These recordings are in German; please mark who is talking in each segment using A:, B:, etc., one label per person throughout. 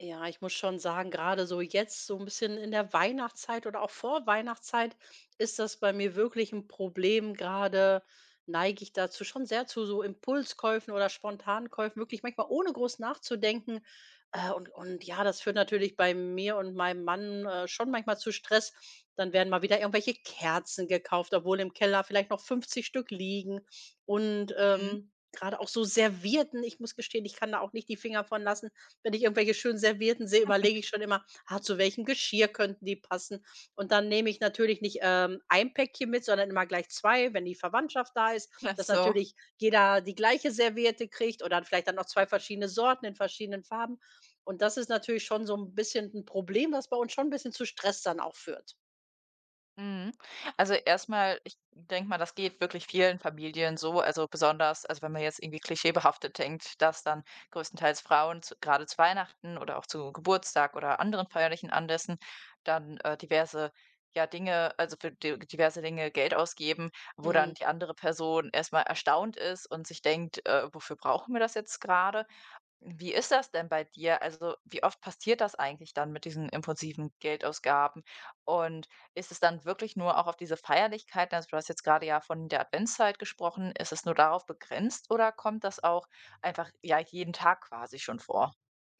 A: Ja, ich muss schon sagen, gerade so jetzt so ein bisschen in der Weihnachtszeit oder auch vor Weihnachtszeit ist das bei mir wirklich ein Problem. Gerade neige ich dazu schon sehr zu so Impulskäufen oder Spontankäufen, wirklich manchmal ohne groß nachzudenken. Und ja, das führt natürlich bei mir und meinem Mann, schon manchmal zu Stress. Dann werden mal wieder irgendwelche Kerzen gekauft, obwohl im Keller vielleicht noch 50 Stück liegen. Und,
B: Mhm.
A: grade auch so Servietten, ich muss gestehen, ich kann da auch nicht die Finger von lassen. Wenn ich irgendwelche schön servierten sehe, überlege ich schon immer: „Ah, zu welchem Geschirr könnten die passen?" Und dann nehme ich natürlich nicht, ein Päckchen mit, sondern immer gleich 2, wenn die Verwandtschaft da ist,
B: Ach
A: dass
B: so.
A: natürlich jeder die gleiche Serviette kriegt oder vielleicht dann noch 2 verschiedene Sorten in verschiedenen Farben. Und das ist natürlich schon so ein bisschen ein Problem, was bei uns schon ein bisschen zu Stress dann auch führt.
B: Mhm. Also, erstmal, ich denke mal, das geht wirklich vielen Familien so. Also, besonders wenn man jetzt irgendwie klischeebehaftet denkt, dass dann größtenteils Frauen zu grade zu Weihnachten oder auch zu Geburtstag oder anderen feierlichen Anlässen dann, diverse, ja, Dinge also, für di diverse Dinge Geld ausgeben, wo
A: Mhm.
B: dann die andere Person erstmal erstaunt ist und sich denkt: „Wofür brauchen wir das jetzt gerade? Wie ist das denn bei dir? Also, wie oft passiert das eigentlich dann mit diesen impulsiven Geldausgaben? Und ist es dann wirklich nur auch auf diese Feierlichkeiten? Also, du hast jetzt gerade ja von der Adventszeit gesprochen. Ist es nur darauf begrenzt oder kommt das auch einfach ja jeden Tag quasi schon vor?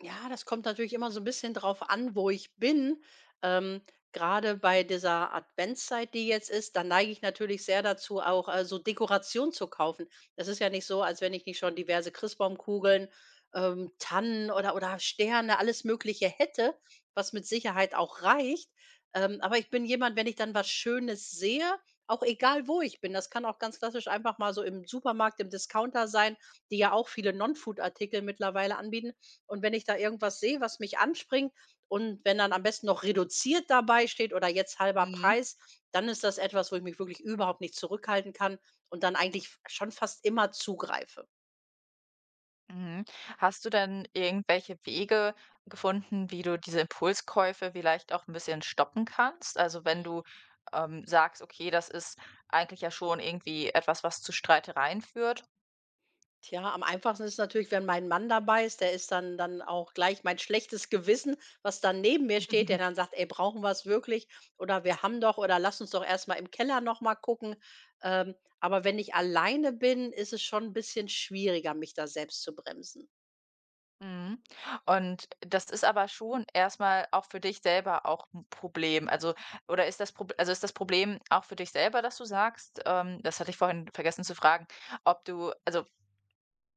A: Ja, das kommt natürlich immer so ein bisschen drauf an, wo ich bin. Ähm, Grade bei dieser Adventszeit, die jetzt ist, da neige ich natürlich sehr dazu, auch, so Dekoration zu kaufen. Das ist ja nicht so, als wenn ich nicht schon diverse Christbaumkugeln, Tannen oder Sterne, alles Mögliche hätte, was mit Sicherheit auch reicht. Aber ich bin jemand, wenn ich dann was Schönes sehe, auch egal wo ich bin, das kann auch ganz klassisch einfach mal so im Supermarkt, im Discounter sein, die ja auch viele Non-Food-Artikel mittlerweile anbieten. Und wenn ich da irgendwas sehe, was mich anspringt und wenn dann am besten noch reduziert dabei steht oder jetzt halber
B: Mhm.
A: Preis, dann ist das etwas, wo ich mich wirklich überhaupt nicht zurückhalten kann und dann eigentlich f schon fast immer zugreife.
B: Mhm. Hast du denn irgendwelche Wege gefunden, wie du diese Impulskäufe vielleicht auch ein bisschen stoppen kannst? Also, wenn du sagst, okay, das ist eigentlich ja schon irgendwie etwas, was zu Streitereien führt.
A: Tja, am einfachsten ist natürlich, wenn mein Mann dabei ist, der ist dann auch gleich mein schlechtes Gewissen, was dann neben mir steht, der dann sagt: „Ey, brauchen wir's wirklich?" oder „Wir haben doch" oder „Lass uns doch erst mal im Keller noch mal gucken." Ähm, aber wenn ich alleine bin, ist es schon ein bisschen schwieriger, mich da selbst zu bremsen.
B: Mhm. Und das ist aber schon erstmal auch für dich selber auch ein Problem. Also, oder ist das Problem auch für dich selber, dass du sagst das hatte ich vorhin vergessen zu fragen, ob du,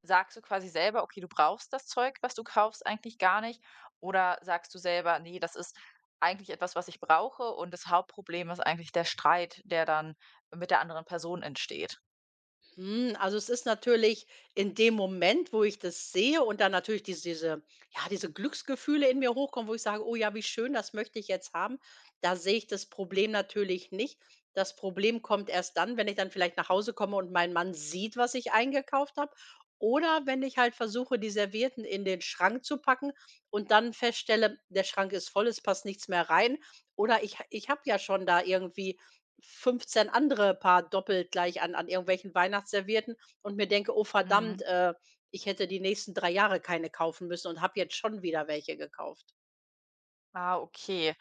B: sagst du quasi selber: „Okay, du brauchst das Zeug, was du kaufst, eigentlich gar nicht?“ Oder sagst du selber: nee, das ist eigentlich etwas, was ich brauche und das Hauptproblem ist eigentlich der Streit, der dann mit der anderen Person entsteht?“
A: Hm, also es ist natürlich in dem Moment, wo ich das sehe und dann natürlich diese ja, diese Glücksgefühle in mir hochkommen, wo ich sage: „Oh ja, wie schön, das möchte ich jetzt haben." Da sehe ich das Problem natürlich nicht. Das Problem kommt erst dann, wenn ich dann vielleicht nach Hause komme und mein Mann sieht, was ich eingekauft habe oder wenn ich halt versuche, die Servietten in den Schrank zu packen und dann feststelle, der Schrank ist voll, es passt nichts mehr rein oder ich habe ja schon da irgendwie 15 andere Paar doppelt gleich an irgendwelchen Weihnachtsservietten und mir denke: „Oh verdammt,
B: Mhm.
A: ich hätte die nächsten 3 Jahre keine kaufen müssen und habe jetzt schon wieder welche gekauft."
B: Ah, okay.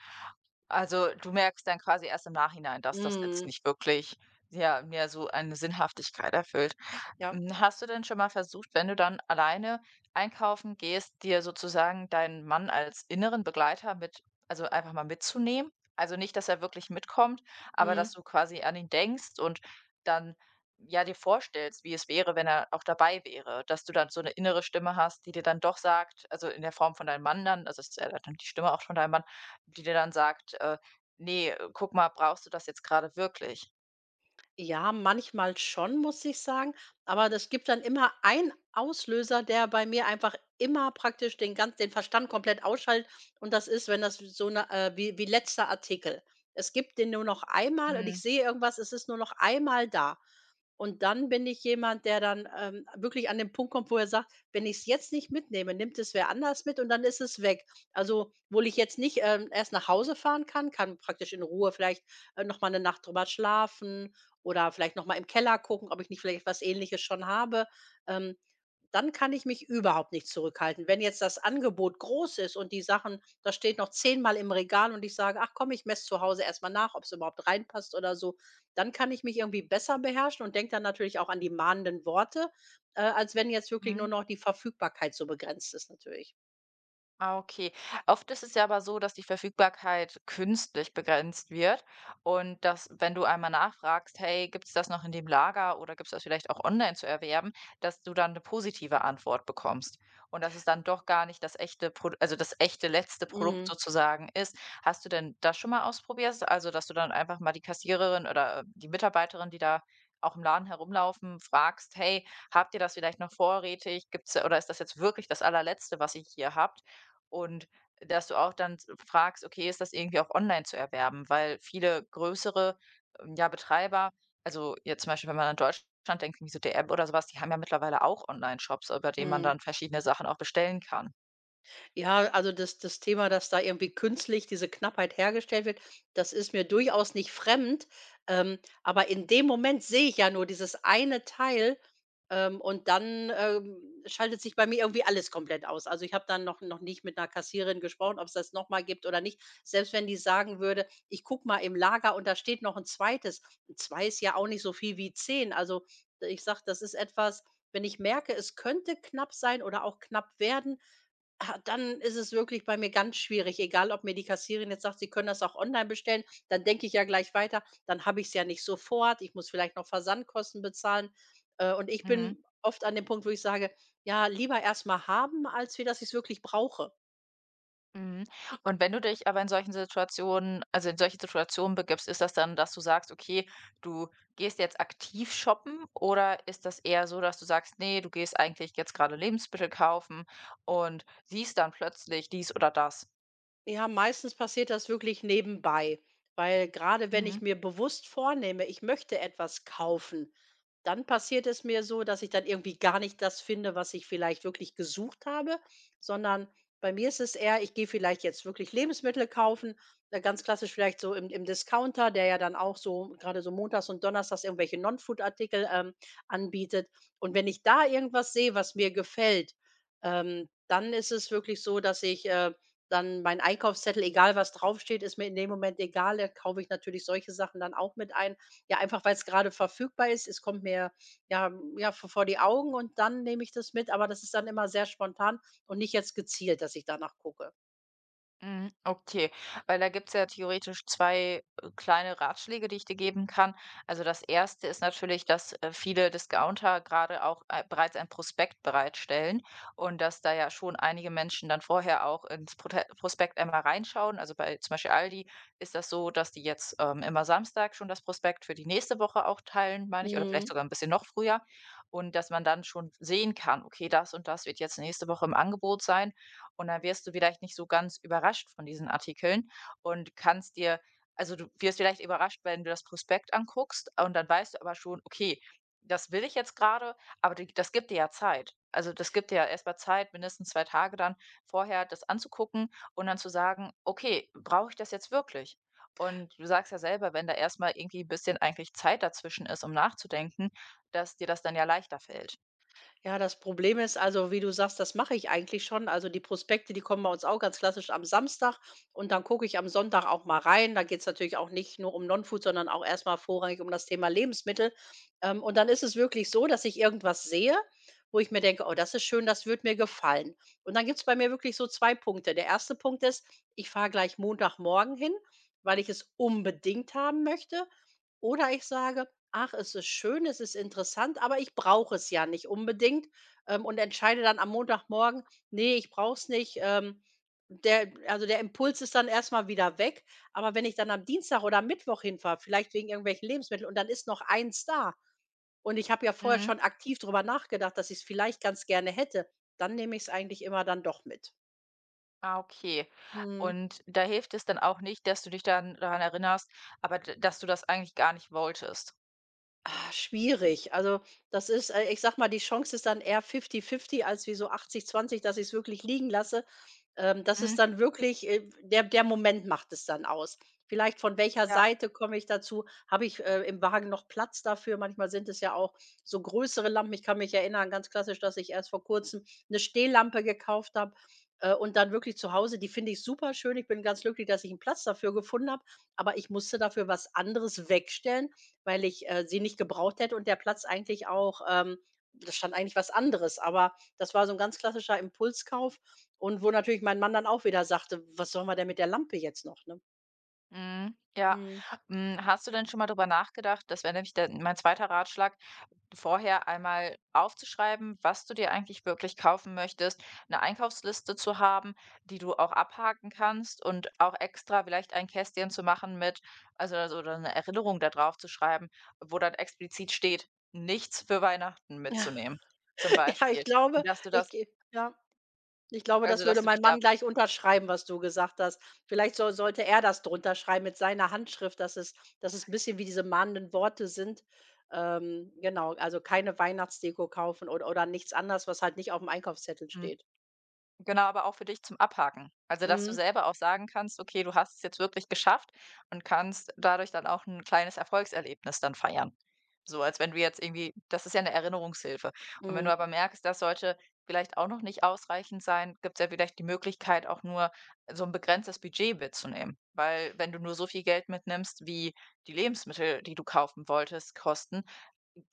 B: Also, du merkst dann quasi erst im Nachhinein, dass das jetzt
A: Mhm.
B: nicht wirklich, ja, mehr so eine Sinnhaftigkeit erfüllt.
A: Ja.
B: Hm, hast du denn schon mal versucht, wenn du dann alleine einkaufen gehst, dir sozusagen deinen Mann als inneren Begleiter mit, also einfach mal mitzunehmen? Also nicht, dass er wirklich mitkommt, aber
A: Mhm.
B: dass du quasi an ihn denkst und dann ja dir vorstellst, wie es wäre, wenn er auch dabei wäre, dass du dann so eine innere Stimme hast, die dir dann doch sagt, also in der Form von deinem Mann dann, also es ist ja dann die Stimme auch von deinem Mann, die dir dann sagt, nee, guck mal, brauchst du das jetzt gerade wirklich?
A: Ja, manchmal schon, muss ich sagen. Aber das gibt dann immer einen Auslöser, der bei mir einfach immer praktisch den ganz den Verstand komplett ausschaltet. Und das ist, wenn das so eine wie letzter Artikel. Es gibt den nur noch einmal und ich sehe irgendwas, es ist nur noch einmal da. Und dann bin ich jemand, der dann, wirklich an den Punkt kommt, wo er sagt: „Wenn ich es jetzt nicht mitnehme, nimmt es wer anders mit und dann ist es weg." Also, obwohl ich jetzt nicht, erst nach Hause fahren kann, kann praktisch in Ruhe vielleicht, noch mal 'ne Nacht drüber schlafen oder vielleicht noch mal im Keller gucken, ob ich nicht vielleicht was Ähnliches schon habe. Ähm, Dann kann ich mich überhaupt nicht zurückhalten. Wenn jetzt das Angebot groß ist und die Sachen das steht noch zehnmal im Regal und ich sage: „Ach komm, ich messe zu Hause erstmal nach, ob es überhaupt reinpasst" oder so, dann kann ich mich irgendwie besser beherrschen und denke dann natürlich auch an die mahnenden Worte, als wenn jetzt wirklich nur
B: Mhm.
A: noch die Verfügbarkeit so begrenzt ist natürlich.
B: Ah, okay. Oft ist es ja aber so, dass die Verfügbarkeit künstlich begrenzt wird und dass, wenn du einmal nachfragst, hey, gibt es das noch in dem Lager oder gibt es das vielleicht auch online zu erwerben, dass du dann eine positive Antwort bekommst und dass es dann doch gar nicht das echte, Pro also das echte letzte Produkt
A: Mhm,
B: sozusagen ist. Hast du denn das schon mal ausprobiert? Also, dass du dann einfach mal die Kassiererin oder die Mitarbeiterin, die da auch im Laden herumlaufen, fragst, hey, habt ihr das vielleicht noch vorrätig? Gibt's, oder ist das jetzt wirklich das allerletzte, was ihr hier habt? Und dass du auch dann fragst, okay, ist das irgendwie auch online zu erwerben? Weil viele größere ja, Betreiber, also jetzt zum Beispiel, wenn man an Deutschland denkt, wie so DM oder sowas, die haben ja mittlerweile auch Online-Shops, über denen man
A: mhm.
B: dann verschiedene Sachen auch bestellen kann.
A: Ja, also das Thema, dass da irgendwie künstlich diese Knappheit hergestellt wird, das ist mir durchaus nicht fremd. Aber in dem Moment sehe ich ja nur dieses eine Teil, und dann, schaltet sich bei mir irgendwie alles komplett aus. Also, ich habe dann noch nicht mit einer Kassiererin gesprochen, ob es das noch mal gibt oder nicht. Selbst wenn die sagen würde: „Ich gucke mal im Lager und da steht noch ein zweites, 2 ist ja auch nicht so viel wie 10. Also, ich sage, das ist etwas, wenn ich merke, es könnte knapp sein oder auch knapp werden. Ah, dann ist es wirklich bei mir ganz schwierig, egal ob mir die Kassierin jetzt sagt, Sie können das auch online bestellen, dann denke ich ja gleich weiter, dann habe ich es ja nicht sofort, ich muss vielleicht noch Versandkosten bezahlen. Und ich
B: Mhm.
A: bin oft an dem Punkt, wo ich sage: „Ja, lieber erst mal haben, als wie dass ich es wirklich brauche."
B: Mhm. Und wenn du dich aber in solchen Situationen, also in solche Situationen begibst, ist das dann, dass du sagst, okay, du gehst jetzt aktiv shoppen oder ist das eher so, dass du sagst, nee, du gehst eigentlich jetzt gerade Lebensmittel kaufen und siehst dann plötzlich dies oder das?
A: Ja, meistens passiert das wirklich nebenbei, weil gerade wenn ich
B: Mhm,
A: mir bewusst vornehme, ich möchte etwas kaufen, dann passiert es mir so, dass ich dann irgendwie gar nicht das finde, was ich vielleicht wirklich gesucht habe, sondern bei mir ist es eher, ich gehe vielleicht jetzt wirklich Lebensmittel kaufen, ganz klassisch vielleicht so im Discounter, der ja dann auch so gerade so montags und donnerstags irgendwelche Non-Food-Artikel anbietet. Und wenn ich da irgendwas sehe, was mir gefällt, dann ist es wirklich so, dass ich dann mein Einkaufszettel, egal was draufsteht, ist mir in dem Moment egal. Da kaufe ich natürlich solche Sachen dann auch mit ein. Ja, einfach weil es gerade verfügbar ist. Es kommt mir, ja m- ja, v vor die Augen und dann nehme ich das mit, aber das ist dann immer sehr spontan und nicht jetzt gezielt, dass ich danach gucke.
B: mhm, okay. Weil da gibt es ja theoretisch 2 kleine Ratschläge, die ich dir geben kann. Also, das erste ist natürlich, dass, viele Discounter gerade auch, bereits ein Prospekt bereitstellen und dass da ja schon einige Menschen dann vorher auch ins Prote Prospekt einmal reinschauen. Also, bei zum Beispiel Aldi ist das so, dass die jetzt, immer Samstag schon das Prospekt für die nächste Woche auch teilen, meine ich, oder vielleicht
A: Mhm.
B: sogar ein bisschen noch früher und dass man dann schon sehen kann: „Okay, das und das wird jetzt nächste Woche im Angebot sein.“ Und dann wirst du vielleicht nicht so ganz überrascht von diesen Artikeln und kannst dir du wirst vielleicht überrascht, wenn du das Prospekt anguckst und dann weißt du aber schon, okay, das will ich jetzt gerade, aber d das gibt dir ja Zeit. Also, das gibt dir ja erst mal Zeit, mindestens 2 Tage dann vorher das anzugucken und dann zu sagen: „Okay, brauche ich das jetzt wirklich?“ Und du sagst ja selber, wenn da erst mal irgendwie ein bisschen eigentlich Zeit dazwischen ist, um nachzudenken, dass dir das dann ja leichter fällt.
A: Ja, das Problem ist also, wie du sagst, das mache ich eigentlich schon. Also die Prospekte, die kommen bei uns auch ganz klassisch am Samstag und dann gucke ich am Sonntag auch mal rein. Da geht es natürlich auch nicht nur um Non-Food, sondern auch erstmal vorrangig um das Thema Lebensmittel. Und dann ist es wirklich so, dass ich irgendwas sehe, wo ich mir denke, oh, das ist schön, das wird mir gefallen. Und dann gibt es bei mir wirklich so zwei Punkte. Der erste Punkt ist, ich fahre gleich Montagmorgen hin, weil ich es unbedingt haben möchte. Oder ich sage: „Ach, es ist schön, es ist interessant, aber ich brauche es ja nicht unbedingt", und entscheide dann am Montagmorgen: nee, ich brauche es nicht." Der also, der Impuls ist dann erstmal wieder weg. Aber wenn ich dann am Dienstag oder Mittwoch hinfahre, vielleicht wegen irgendwelchen Lebensmitteln und dann ist noch eins da und ich habe ja vorher
B: Mhm.
A: schon aktiv drüber nachgedacht, dass ich es vielleicht ganz gerne hätte, dann nehme ich es eigentlich immer dann doch mit.
B: Ah, okay.
A: Mhm.
B: Und da hilft es dann auch nicht, dass du dich dann daran erinnerst, aber d dass du das eigentlich gar nicht wolltest.
A: Ah, schwierig. Also, das ist ich sage mal, die Chance ist dann eher fifty-fifty als wie so achtzig zwanzig, dass ich es wirklich liegen lasse. Das
B: Mhm,
A: ist dann wirklich, der Moment macht es dann aus. Vielleicht von welcher
B: ja.
A: Seite komme ich dazu? Habe ich, im Wagen noch Platz dafür? Manchmal sind es ja auch so größere Lampen. Ich kann mich erinnern, ganz klassisch, dass ich erst vor Kurzem eine Stehlampe gekauft habe, und dann wirklich zu Hause die finde ich super schön. Ich bin ganz glücklich, dass ich einen Platz dafür gefunden habe, aber ich musste dafür was anderes wegstellen, weil ich, sie nicht gebraucht hätte und der Platz eigentlich auch, da stand eigentlich was anderes, aber das war so ein ganz klassischer Impulskauf und wo natürlich mein Mann dann auch wieder sagte: „Was sollen wir denn mit der Lampe jetzt noch", ne?
B: Mhm, ja.
A: Mhm.
B: Hm, hast du denn schon mal darüber nachgedacht das wäre nämlich dann mein zweiter Ratschlag, vorher einmal aufzuschreiben, was du dir eigentlich wirklich kaufen möchtest, eine Einkaufsliste zu haben, die du auch abhaken kannst und auch extra vielleicht ein Kästchen zu machen mit oder eine Erinnerung da drauf zu schreiben, wo dann explizit steht: „Nichts für Weihnachten mitzunehmen“, zum
A: Ja, ich
B: Beispiel.
A: glaube
B: Und dass du
A: ich
B: das
A: ge ja, ich glaube, das
B: dass
A: würde
B: du
A: mein
B: dich da
A: Mann gleich unterschreiben, was du gesagt hast. Vielleicht sollte er das drunter schreiben mit seiner Handschrift, dass es 'n bisschen wie diese mahnenden Worte sind. Genau, also keine Weihnachtsdeko kaufen oder nichts anderes, was halt nicht auf dem Einkaufszettel
B: mhm.
A: steht.
B: Genau, aber auch für dich zum Abhaken. Also, dass du
A: Mhm,
B: selber auch sagen kannst: „Okay, du hast es jetzt wirklich geschafft“ und kannst dadurch dann auch ein kleines Erfolgserlebnis dann feiern. So, als wenn du jetzt irgendwie das ist ja eine Erinnerungshilfe. Und wenn
A: mhm,
B: du aber merkst, das sollte vielleicht auch noch nicht ausreichend sein, gibt's ja vielleicht die Möglichkeit, auch nur so ein begrenztes Budget mitzunehmen. Weil wenn du nur so viel Geld mitnimmst, wie die Lebensmittel, die du kaufen wolltest, kosten,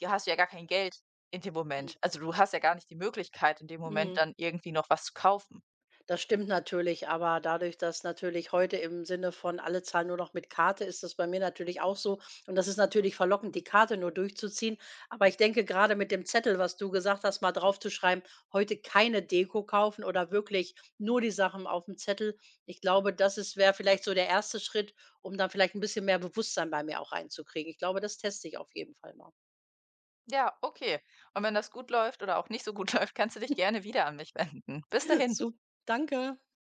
B: ja, hast du ja gar kein Geld in dem Moment. Also, du hast ja gar nicht die Möglichkeit, in dem Moment
A: mhm.
B: dann irgendwie noch was zu kaufen.
A: Das stimmt natürlich, aber dadurch, dass natürlich heute im Sinne von alle zahlen nur noch mit Karte, ist das bei mir natürlich auch so. Und das ist natürlich verlockend, die Karte nur durchzuziehen. Aber ich denke, gerade mit dem Zettel, was du gesagt hast, mal draufzuschreiben, heute keine Deko kaufen oder wirklich nur die Sachen auf dem Zettel. Ich glaube, das ist, wäre vielleicht so der erste Schritt, um dann vielleicht ein bisschen mehr Bewusstsein bei mir auch reinzukriegen. Ich glaube, das teste ich auf jeden Fall mal.
B: Ja, okay. Und wenn das gut läuft oder auch nicht so gut läuft, kannst du dich gerne wieder an mich wenden. Bis dahin.
A: Super, danke.